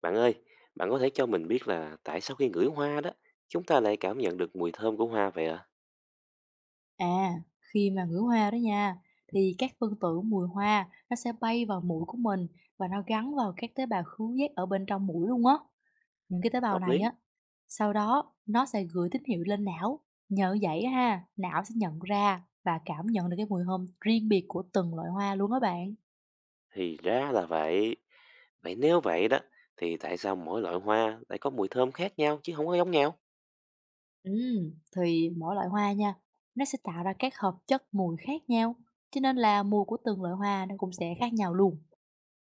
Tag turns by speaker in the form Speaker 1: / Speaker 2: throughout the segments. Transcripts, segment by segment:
Speaker 1: Bạn ơi, bạn có thể cho mình biết là tại sao khi ngửi hoa đó, chúng ta lại cảm nhận được mùi thơm của hoa vậy ạ?
Speaker 2: À, khi mà ngửi hoa đó nha, thì các phân tử mùi hoa nó sẽ bay vào mũi của mình và nó gắn vào các tế bào khứu giác ở bên trong mũi luôn á. Những cái tế bào
Speaker 1: Hợp
Speaker 2: này
Speaker 1: lý.
Speaker 2: á, sau đó nó sẽ gửi tín hiệu lên não. Nhờ vậy á ha, não sẽ nhận ra và cảm nhận được cái mùi hương riêng biệt của từng loại hoa luôn á bạn.
Speaker 1: Thì ra là vậy. Vậy nếu vậy đó, thì tại sao mỗi loại hoa lại có mùi thơm khác nhau chứ không có giống nhau?
Speaker 2: Ừ, thì mỗi loại hoa nha, nó sẽ tạo ra các hợp chất mùi khác nhau. Cho nên là mùi của từng loại hoa nó cũng sẽ khác nhau luôn.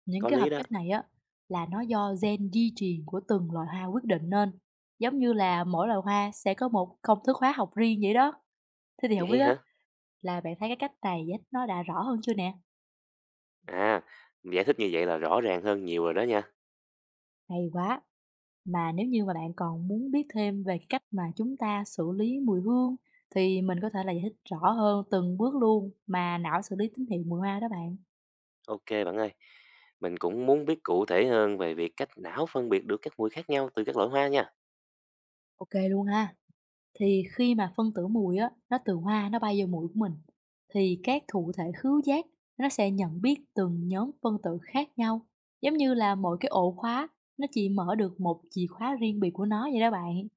Speaker 2: Những
Speaker 1: Có
Speaker 2: cái
Speaker 1: lý
Speaker 2: hợp
Speaker 1: đó.
Speaker 2: chất này á là nó do gen di truyền của từng loài hoa quyết định nên, giống như là mỗi loài hoa sẽ có một công thức hóa học riêng vậy đó. Thế thì không biết
Speaker 1: Vậy
Speaker 2: á,
Speaker 1: hả?
Speaker 2: là bạn thấy cái cách này á, nó đã rõ hơn chưa nè?
Speaker 1: À, giải thích như vậy là rõ ràng hơn nhiều rồi đó nha.
Speaker 2: Hay quá. Mà nếu như mà bạn còn muốn biết thêm về cái cách mà chúng ta xử lý mùi hương, thì mình có thể là giải thích rõ hơn từng bước luôn mà não xử lý tín hiệu mùi hoa đó bạn.
Speaker 1: Ok bạn ơi, mình cũng muốn biết cụ thể hơn về việc cách não phân biệt được các mùi khác nhau từ các loại hoa nha.
Speaker 2: Ok luôn ha. Thì khi mà phân tử mùi á, nó từ hoa nó bay vô mũi của mình, thì các thụ thể khứu giác nó sẽ nhận biết từng nhóm phân tử khác nhau. Giống như là mỗi cái ổ khóa nó chỉ mở được một chìa khóa riêng biệt của nó vậy đó bạn.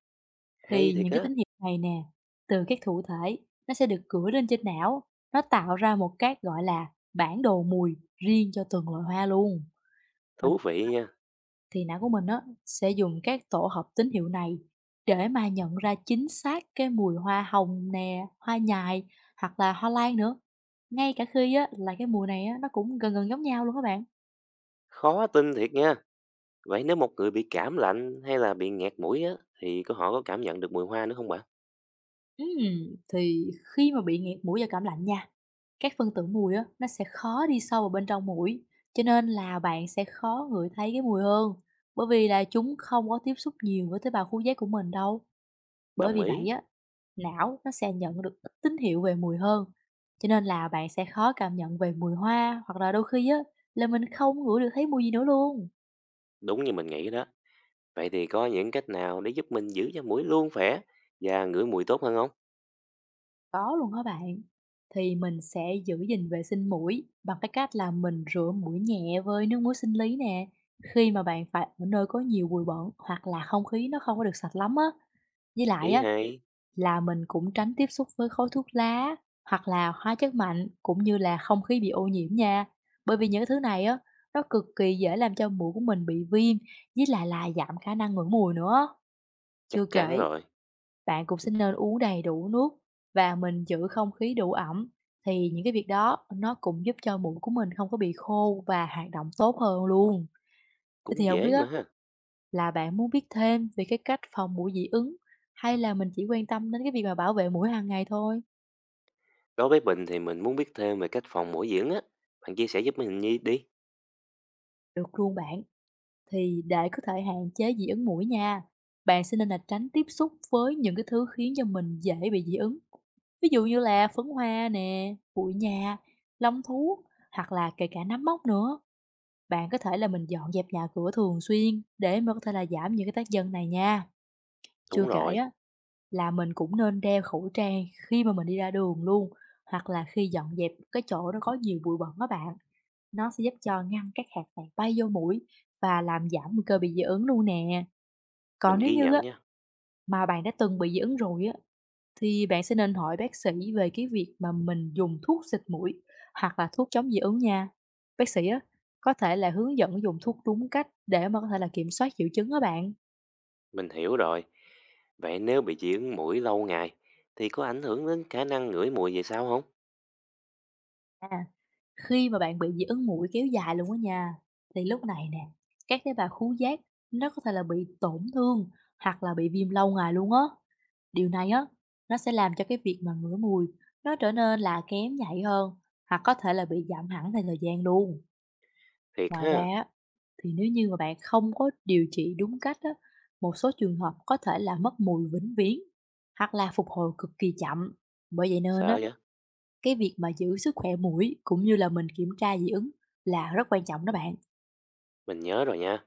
Speaker 1: Hay
Speaker 2: Thì
Speaker 1: thiệt
Speaker 2: những cái
Speaker 1: á,
Speaker 2: tín hiệu này nè, từ các thụ thể nó sẽ được gửi lên trên não, nó tạo ra một cái gọi là bản đồ mùi riêng cho từng loại hoa luôn. Và
Speaker 1: thú vị nha.
Speaker 2: thì não của mình á sẽ dùng các tổ hợp tín hiệu này để mà nhận ra chính xác cái mùi hoa hồng nè, hoa nhài hoặc là hoa lan nữa. Ngay cả khi á là cái mùi này á nó cũng gần gần giống nhau luôn các bạn.
Speaker 1: Khó tin thiệt nha. Vậy nếu một người bị cảm lạnh hay là bị nghẹt mũi á, thì họ có cảm nhận được mùi hoa nữa không bạn?
Speaker 2: Thì khi mà bị nghẹt mũi do cảm lạnh nha, các phân tử mùi á nó sẽ khó đi sâu vào bên trong mũi, cho nên là bạn sẽ khó ngửi thấy cái mùi hơn, bởi vì là chúng không có tiếp xúc nhiều với tế bào khứu giác của mình đâu. Bởi
Speaker 1: Đồng
Speaker 2: vì
Speaker 1: ý,
Speaker 2: vậy á, não nó sẽ nhận được ít tín hiệu về mùi hơn, cho nên là bạn sẽ khó cảm nhận về mùi hoa hoặc là đôi khi á là mình không ngửi được thấy mùi gì nữa luôn.
Speaker 1: đúng như mình nghĩ đó. Vậy thì có những cách nào để giúp mình giữ cho mũi luôn khỏe và ngửi mùi tốt hơn không?
Speaker 2: Có luôn hả bạn? Thì mình sẽ giữ gìn vệ sinh mũi bằng cái cách là mình rửa mũi nhẹ với nước muối sinh lý nè. Khi mà bạn phải ở nơi có nhiều bụi bẩn hoặc là không khí nó không có được sạch lắm á. Với lại
Speaker 1: Ý
Speaker 2: á,
Speaker 1: hay,
Speaker 2: là mình cũng tránh tiếp xúc với khói thuốc lá hoặc là hóa chất mạnh cũng như là không khí bị ô nhiễm nha. Bởi vì những cái thứ này á, nó cực kỳ dễ làm cho mũi của mình bị viêm với lại là giảm khả năng ngửi mùi nữa.
Speaker 1: chắc
Speaker 2: Chưa
Speaker 1: chắn
Speaker 2: kể,
Speaker 1: rồi,
Speaker 2: bạn cũng sẽ nên uống đầy đủ nước và mình giữ không khí đủ ẩm, thì những cái việc đó nó cũng giúp cho mũi của mình không có bị khô và hoạt động tốt hơn luôn. Thế thì
Speaker 1: cũng
Speaker 2: không biết
Speaker 1: dễ
Speaker 2: á,
Speaker 1: mà ha.
Speaker 2: là bạn muốn biết thêm về cái cách phòng mũi dị ứng hay là mình chỉ quan tâm đến cái việc mà bảo vệ mũi hàng ngày thôi?
Speaker 1: Đối với mình thì mình muốn biết thêm về cách phòng mũi dưỡng á. Bạn chia sẻ giúp mình nhi đi.
Speaker 2: Được luôn bạn. Thì để có thể hạn chế dị ứng mũi nha, bạn sẽ nên là tránh tiếp xúc với những cái thứ khiến cho mình dễ bị dị ứng. Ví dụ như là phấn hoa nè, bụi nhà, lông thú hoặc là kể cả nấm mốc nữa. Bạn có thể là mình dọn dẹp nhà cửa thường xuyên để mà có thể là giảm những cái tác nhân này nha. Chưa
Speaker 1: Đúng
Speaker 2: kể
Speaker 1: rồi,
Speaker 2: á, là mình cũng nên đeo khẩu trang khi mà mình đi ra đường luôn, hoặc là khi dọn dẹp cái chỗ nó có nhiều bụi bẩn á bạn. Nó sẽ giúp cho ngăn các hạt này bay vô mũi và làm giảm nguy cơ bị dị ứng luôn nè.
Speaker 1: mình
Speaker 2: Còn nếu
Speaker 1: ghi
Speaker 2: như
Speaker 1: nhận
Speaker 2: á,
Speaker 1: nha.
Speaker 2: mà bạn đã từng bị dị ứng rồi á, thì bạn sẽ nên hỏi bác sĩ về cái việc mà mình dùng thuốc xịt mũi hoặc là thuốc chống dị ứng nha. Bác sĩ á, có thể là hướng dẫn dùng thuốc đúng cách để mà có thể là kiểm soát triệu chứng đó bạn.
Speaker 1: Mình hiểu rồi. Vậy nếu bị dị ứng mũi lâu ngày thì có ảnh hưởng đến khả năng ngửi mùi về sau không?
Speaker 2: À. Khi mà bạn bị dị ứng muỗi kéo dài luôn á nha, thì lúc này nè, các tế bào khứu giác nó có thể là bị tổn thương hoặc là bị viêm lâu ngày luôn á. Điều này á, nó sẽ làm cho cái việc mà ngửi mùi nó trở nên là kém nhạy hơn hoặc có thể là bị giảm hẳn theo thời gian luôn.
Speaker 1: Thiệt
Speaker 2: Ngoài ra
Speaker 1: ha,
Speaker 2: á, thì nếu như mà bạn không có điều trị đúng cách á, một số trường hợp có thể là mất mùi vĩnh viễn hoặc là phục hồi cực kỳ chậm. Bởi vậy nên
Speaker 1: sợ
Speaker 2: á,
Speaker 1: vậy?
Speaker 2: cái việc mà giữ sức khỏe mũi cũng như là mình kiểm tra dị ứng là rất quan trọng đó bạn.
Speaker 1: Mình nhớ rồi nha.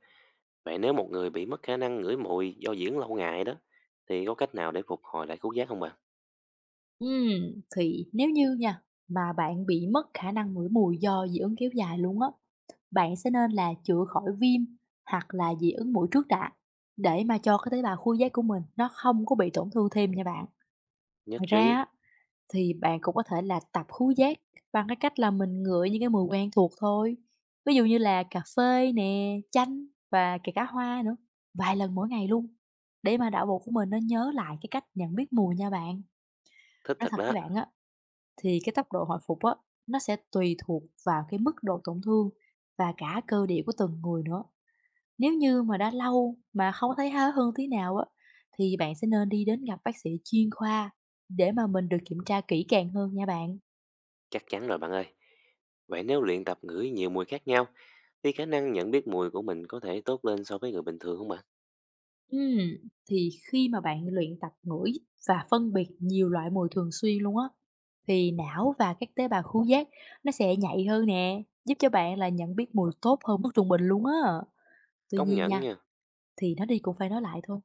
Speaker 1: Vậy nếu một người bị mất khả năng ngửi mùi do dưỡng lâu ngày đó, thì có cách nào để phục hồi lại khứu giác không bạn?
Speaker 2: Thì nếu như nha, mà bạn bị mất khả năng ngửi mùi do dị ứng kéo dài luôn á, bạn sẽ nên là chữa khỏi viêm hoặc là dị ứng mũi trước đã để mà cho cái tế bào khuôn giác của mình nó không có bị tổn thương thêm nha bạn.
Speaker 1: Nhất
Speaker 2: Ngoài ra
Speaker 1: trí,
Speaker 2: á, thì bạn cũng có thể là tập khứu giác bằng cái cách là mình ngửi những cái mùi quen thuộc thôi. Ví dụ như là cà phê nè, chanh và kể cả hoa nữa, vài lần mỗi ngày luôn. Để mà não bộ của mình nó nhớ lại cái cách nhận biết mùi nha bạn.
Speaker 1: thích
Speaker 2: Nói
Speaker 1: thật
Speaker 2: thật
Speaker 1: đó,
Speaker 2: với bạn á, thì cái tốc độ hồi phục á, nó sẽ tùy thuộc vào cái mức độ tổn thương và cả cơ địa của từng người nữa. Nếu như mà đã lâu mà không thấy há hơn tí nào á, thì bạn sẽ nên đi đến gặp bác sĩ chuyên khoa để mà mình được kiểm tra kỹ càng hơn nha bạn.
Speaker 1: chắc chắn rồi bạn ơi. Vậy nếu luyện tập ngửi nhiều mùi khác nhau, thì khả năng nhận biết mùi của mình có thể tốt lên so với người bình thường không bạn?
Speaker 2: Ừm, thì khi mà bạn luyện tập ngửi và phân biệt nhiều loại mùi thường xuyên luôn á, thì não và các tế bào khứu giác nó sẽ nhạy hơn nè, giúp cho bạn là nhận biết mùi tốt hơn mức trung bình luôn á. Tuy
Speaker 1: Công
Speaker 2: nhiên
Speaker 1: nhận
Speaker 2: nha,
Speaker 1: nha,
Speaker 2: thì nó đi cũng phải nói lại thôi.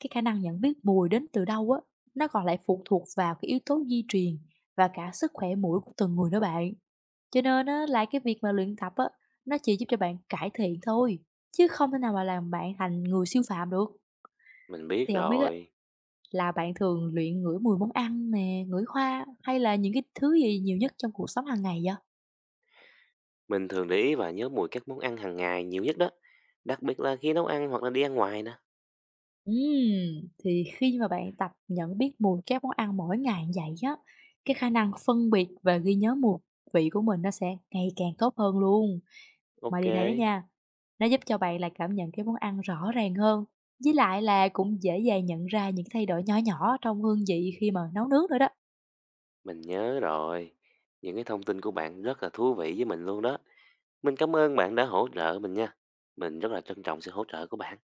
Speaker 2: Cái khả năng nhận biết mùi đến từ đâu á, nó còn lại phụ thuộc vào cái yếu tố di truyền và cả sức khỏe mũi của từng người nữa bạn. Cho nên á, là cái việc mà luyện tập á, nó chỉ giúp cho bạn cải thiện thôi, chứ không thể nào mà làm bạn thành người siêu phàm được.
Speaker 1: mình biết
Speaker 2: Thì không biết á,
Speaker 1: rồi.
Speaker 2: là bạn thường luyện ngửi mùi món ăn nè, ngửi hoa hay là những cái thứ gì nhiều nhất trong cuộc sống hàng ngày vậy?
Speaker 1: Mình thường để ý và nhớ mùi các món ăn hàng ngày nhiều nhất đó. Đặc biệt là khi nấu ăn hoặc là đi ăn ngoài nè.
Speaker 2: Thì khi mà bạn tập nhận biết mùi các món ăn mỗi ngày như vậy á, cái khả năng phân biệt và ghi nhớ mùi vị của mình nó sẽ ngày càng tốt hơn luôn. Mà
Speaker 1: Ok,
Speaker 2: điều này đó nha, nó giúp cho bạn là cảm nhận cái món ăn rõ ràng hơn. Với lại là cũng dễ dàng nhận ra những thay đổi nhỏ nhỏ trong hương vị khi mà nấu nướng nữa đó.
Speaker 1: mình nhớ rồi. Những cái thông tin của bạn rất là thú vị với mình luôn đó. Mình cảm ơn bạn đã hỗ trợ mình nha. Mình rất là trân trọng sự hỗ trợ của bạn.